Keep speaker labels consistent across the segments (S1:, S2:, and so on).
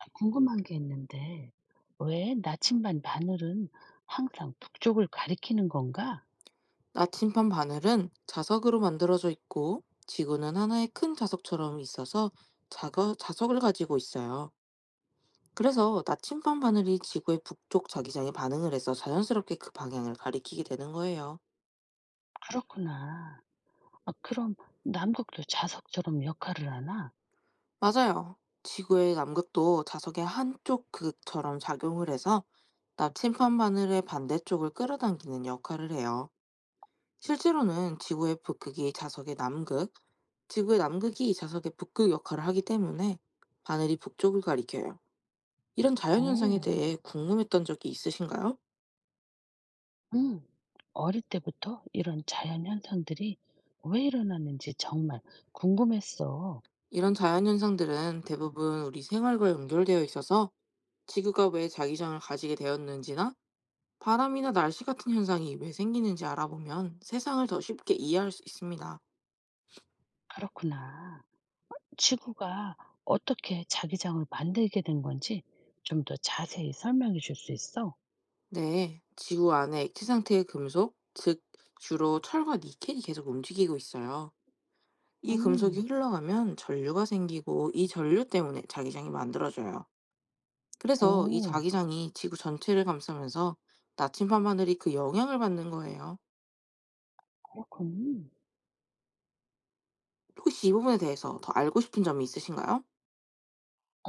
S1: 아, 궁금한 게 있는데, 왜 나침반 바늘은 항상 북쪽을 가리키는 건가?
S2: 나침반 바늘은 자석으로 만들어져 있고 지구는 하나의 큰 자석처럼 있어서 자석을 가지고 있어요. 그래서 나침반 바늘이 지구의 북쪽 자기장에 반응을 해서 자연스럽게 그 방향을 가리키게 되는 거예요.
S1: 그렇구나. 아, 그럼 남극도 자석처럼 역할을 하나?
S2: 맞아요. 지구의 남극도 자석의 한쪽 극처럼 작용을 해서 나침반 바늘의 반대쪽을 끌어당기는 역할을 해요. 실제로는 지구의 북극이 자석의 남극, 지구의 남극이 자석의 북극 역할을 하기 때문에 바늘이 북쪽을 가리켜요. 이런 자연현상에
S1: 오,
S2: 대해 궁금했던 적이 있으신가요?
S1: 응. 어릴 때부터 이런 자연 현상들이 왜 일어나는지 정말 궁금했어.
S2: 이런 자연현상들은 대부분 우리 생활과 연결되어 있어서 지구가 왜 자기장을 가지게 되었는지나 바람이나 날씨 같은 현상이 왜 생기는지 알아보면 세상을 더 쉽게 이해할 수 있습니다.
S1: 그렇구나. 지구가 어떻게 자기장을 만들게 된 건지 좀 더 자세히 설명해 줄 수 있어?
S2: 네, 지구 안에 액체 상태의 금속, 즉 주로 철과 니켈이 계속 움직이고 있어요. 이 금속이
S1: 음.
S2: 흘러가면 전류가 생기고, 이 전류 때문에 자기장이 만들어져요. 그래서 이
S1: 오.
S2: 자기장이 지구 전체를 감싸면서 나침반 하늘이 그 영향을 받는 거예요.
S1: 그렇군.
S2: 혹시 이 부분에 대해서 더 알고 싶은 점이 있으신가요?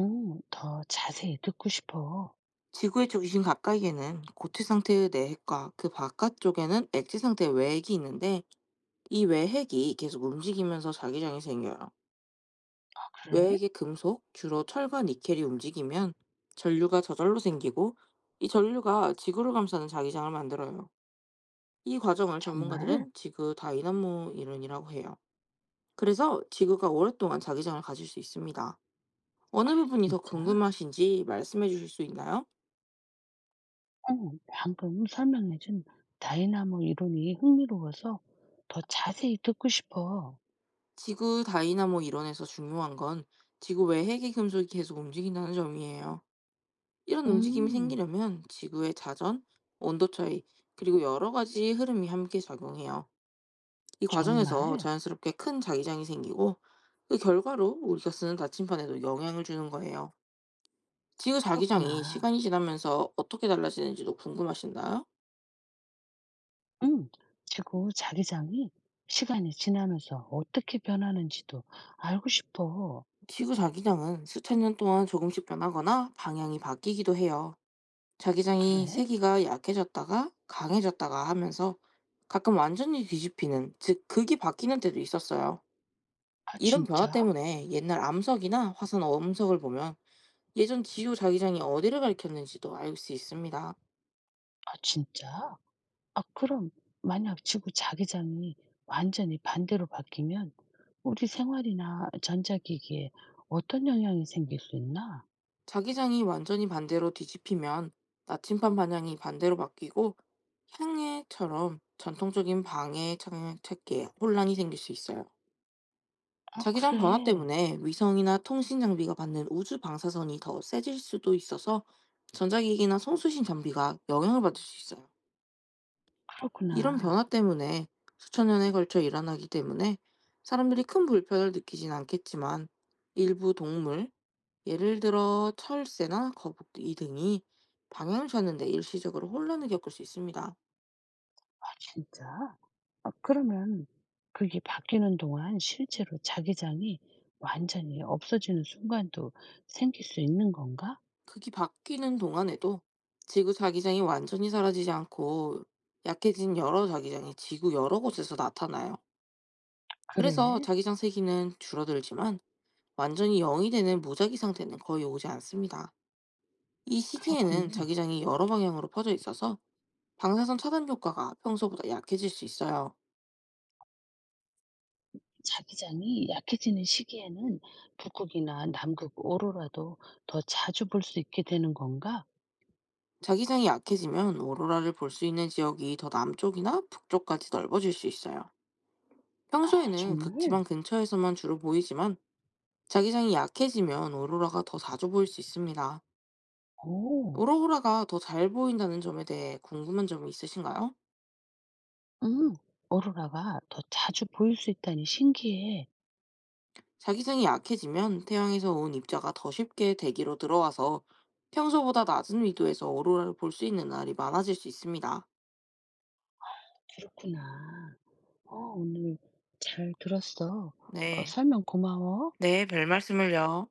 S1: 어, 더 자세히 듣고 싶어.
S2: 지구의 중심 가까이에는 고체 상태의 내핵과 그 바깥쪽에는 액체 상태의 외핵이 있는데, 이 외핵이 계속 움직이면서 자기장이 생겨요.
S1: 그래?
S2: 외액의 금속, 주로 철과 니켈이 움직이면 전류가 저절로 생기고, 이 전류가 지구를 감싸는 자기장을 만들어요. 이 과정을
S1: 정말?
S2: 전문가들은 지구 다이나모 이론이라고 해요. 그래서 지구가 오랫동안 자기장을 가질 수 있습니다. 어느 부분이 더
S1: 진짜?
S2: 궁금하신지 말씀해 주실 수 있나요?
S1: 어, 방금 설명해 준 다이나모 이론이 흥미로워서 더 자세히 듣고 싶어.
S2: 지구 다이나모 이론에서 중요한 건 지구 외핵의 금속이 계속 움직인다는 점이에요. 이런 움직임이
S1: 음.
S2: 생기려면 지구의 자전, 온도 차이, 그리고 여러 가지 흐름이 함께 작용해요. 이 과정에서
S1: 정말?
S2: 자연스럽게 큰 자기장이 생기고, 그 결과로 우리가 쓰는 나침판에도 영향을 주는 거예요. 지구 자기장이
S1: 그렇구나.
S2: 시간이 지나면서 어떻게 달라지는지도 궁금하신가요?
S1: 음. 지구 자기장이 시간이 지나면서 어떻게 변하는지도 알고 싶어.
S2: 지구 자기장은 수천 년 동안 조금씩 변하거나 방향이 바뀌기도 해요. 자기장이
S1: 그래?
S2: 세기가 약해졌다가 강해졌다가 하면서 가끔 완전히 뒤집히는, 즉 극이 바뀌는 때도 있었어요.
S1: 아,
S2: 이런 변화
S1: 진짜?
S2: 때문에 옛날 암석이나 화산 엄석을 보면 예전 지구 자기장이 어디를 가리켰는지도 알 수 있습니다.
S1: 아, 진짜? 아, 그럼 만약 지구 자기장이 완전히 반대로 바뀌면 우리 생활이나 전자기기에 어떤 영향이 생길 수 있나?
S2: 자기장이 완전히 반대로 뒤집히면 나침반 방향이 반대로 바뀌고, 향해처럼 전통적인 방해 찾기에 혼란이 생길 수 있어요.
S1: 아,
S2: 자기장 변화
S1: 그래.
S2: 때문에 위성이나 통신 장비가 받는 우주 방사선이 더 세질 수도 있어서 전자기기나 송수신 장비가 영향을 받을 수 있어요. 이런
S1: 그렇구나.
S2: 변화 때문에, 수천 년에 걸쳐 일어나기 때문에 사람들이 큰 불편을 느끼진 않겠지만, 일부 동물, 예를 들어 철새나 거북이 등이 방향을 찾는 데 일시적으로 혼란을 겪을 수 있습니다.
S1: 아, 진짜? 아, 그러면 그게 바뀌는 동안 실제로 자기장이 완전히 없어지는 순간도 생길 수 있는 건가?
S2: 극이 바뀌는 동안에도 지구 자기장이 완전히 사라지지 않고, 약해진 여러 자기장이 지구 여러 곳에서 나타나요. 그래서
S1: 그래.
S2: 자기장 세기는 줄어들지만 완전히 0이 되는 무자기 상태는 거의 오지 않습니다. 이 시기에는
S1: 그렇군.
S2: 자기장이 여러 방향으로 퍼져 있어서 방사선 차단 효과가 평소보다 약해질 수 있어요.
S1: 자기장이 약해지는 시기에는 북극이나 남극 오로라도 더 자주 볼 수 있게 되는 건가?
S2: 자기장이 약해지면 오로라를 볼 수 있는 지역이 더 남쪽이나 북쪽까지 넓어질 수 있어요.
S1: 아,
S2: 평소에는 극지방
S1: 정말?
S2: 근처에서만 주로 보이지만, 자기장이 약해지면 오로라가 더 자주 보일 수 있습니다.
S1: 오.
S2: 오로라가 더 잘 보인다는 점에 대해 궁금한 점이 있으신가요?
S1: 음. 오로라가 더 자주 보일 수 있다니 신기해.
S2: 자기장이 약해지면 태양에서 온 입자가 더 쉽게 대기로 들어와서 평소보다 낮은 위도에서 오로라를 볼 수 있는 날이 많아질 수 있습니다.
S1: 그렇구나. 어, 오늘 잘 들었어. 어,
S2: 네,
S1: 설명 고마워.
S2: 네, 별 말씀을요.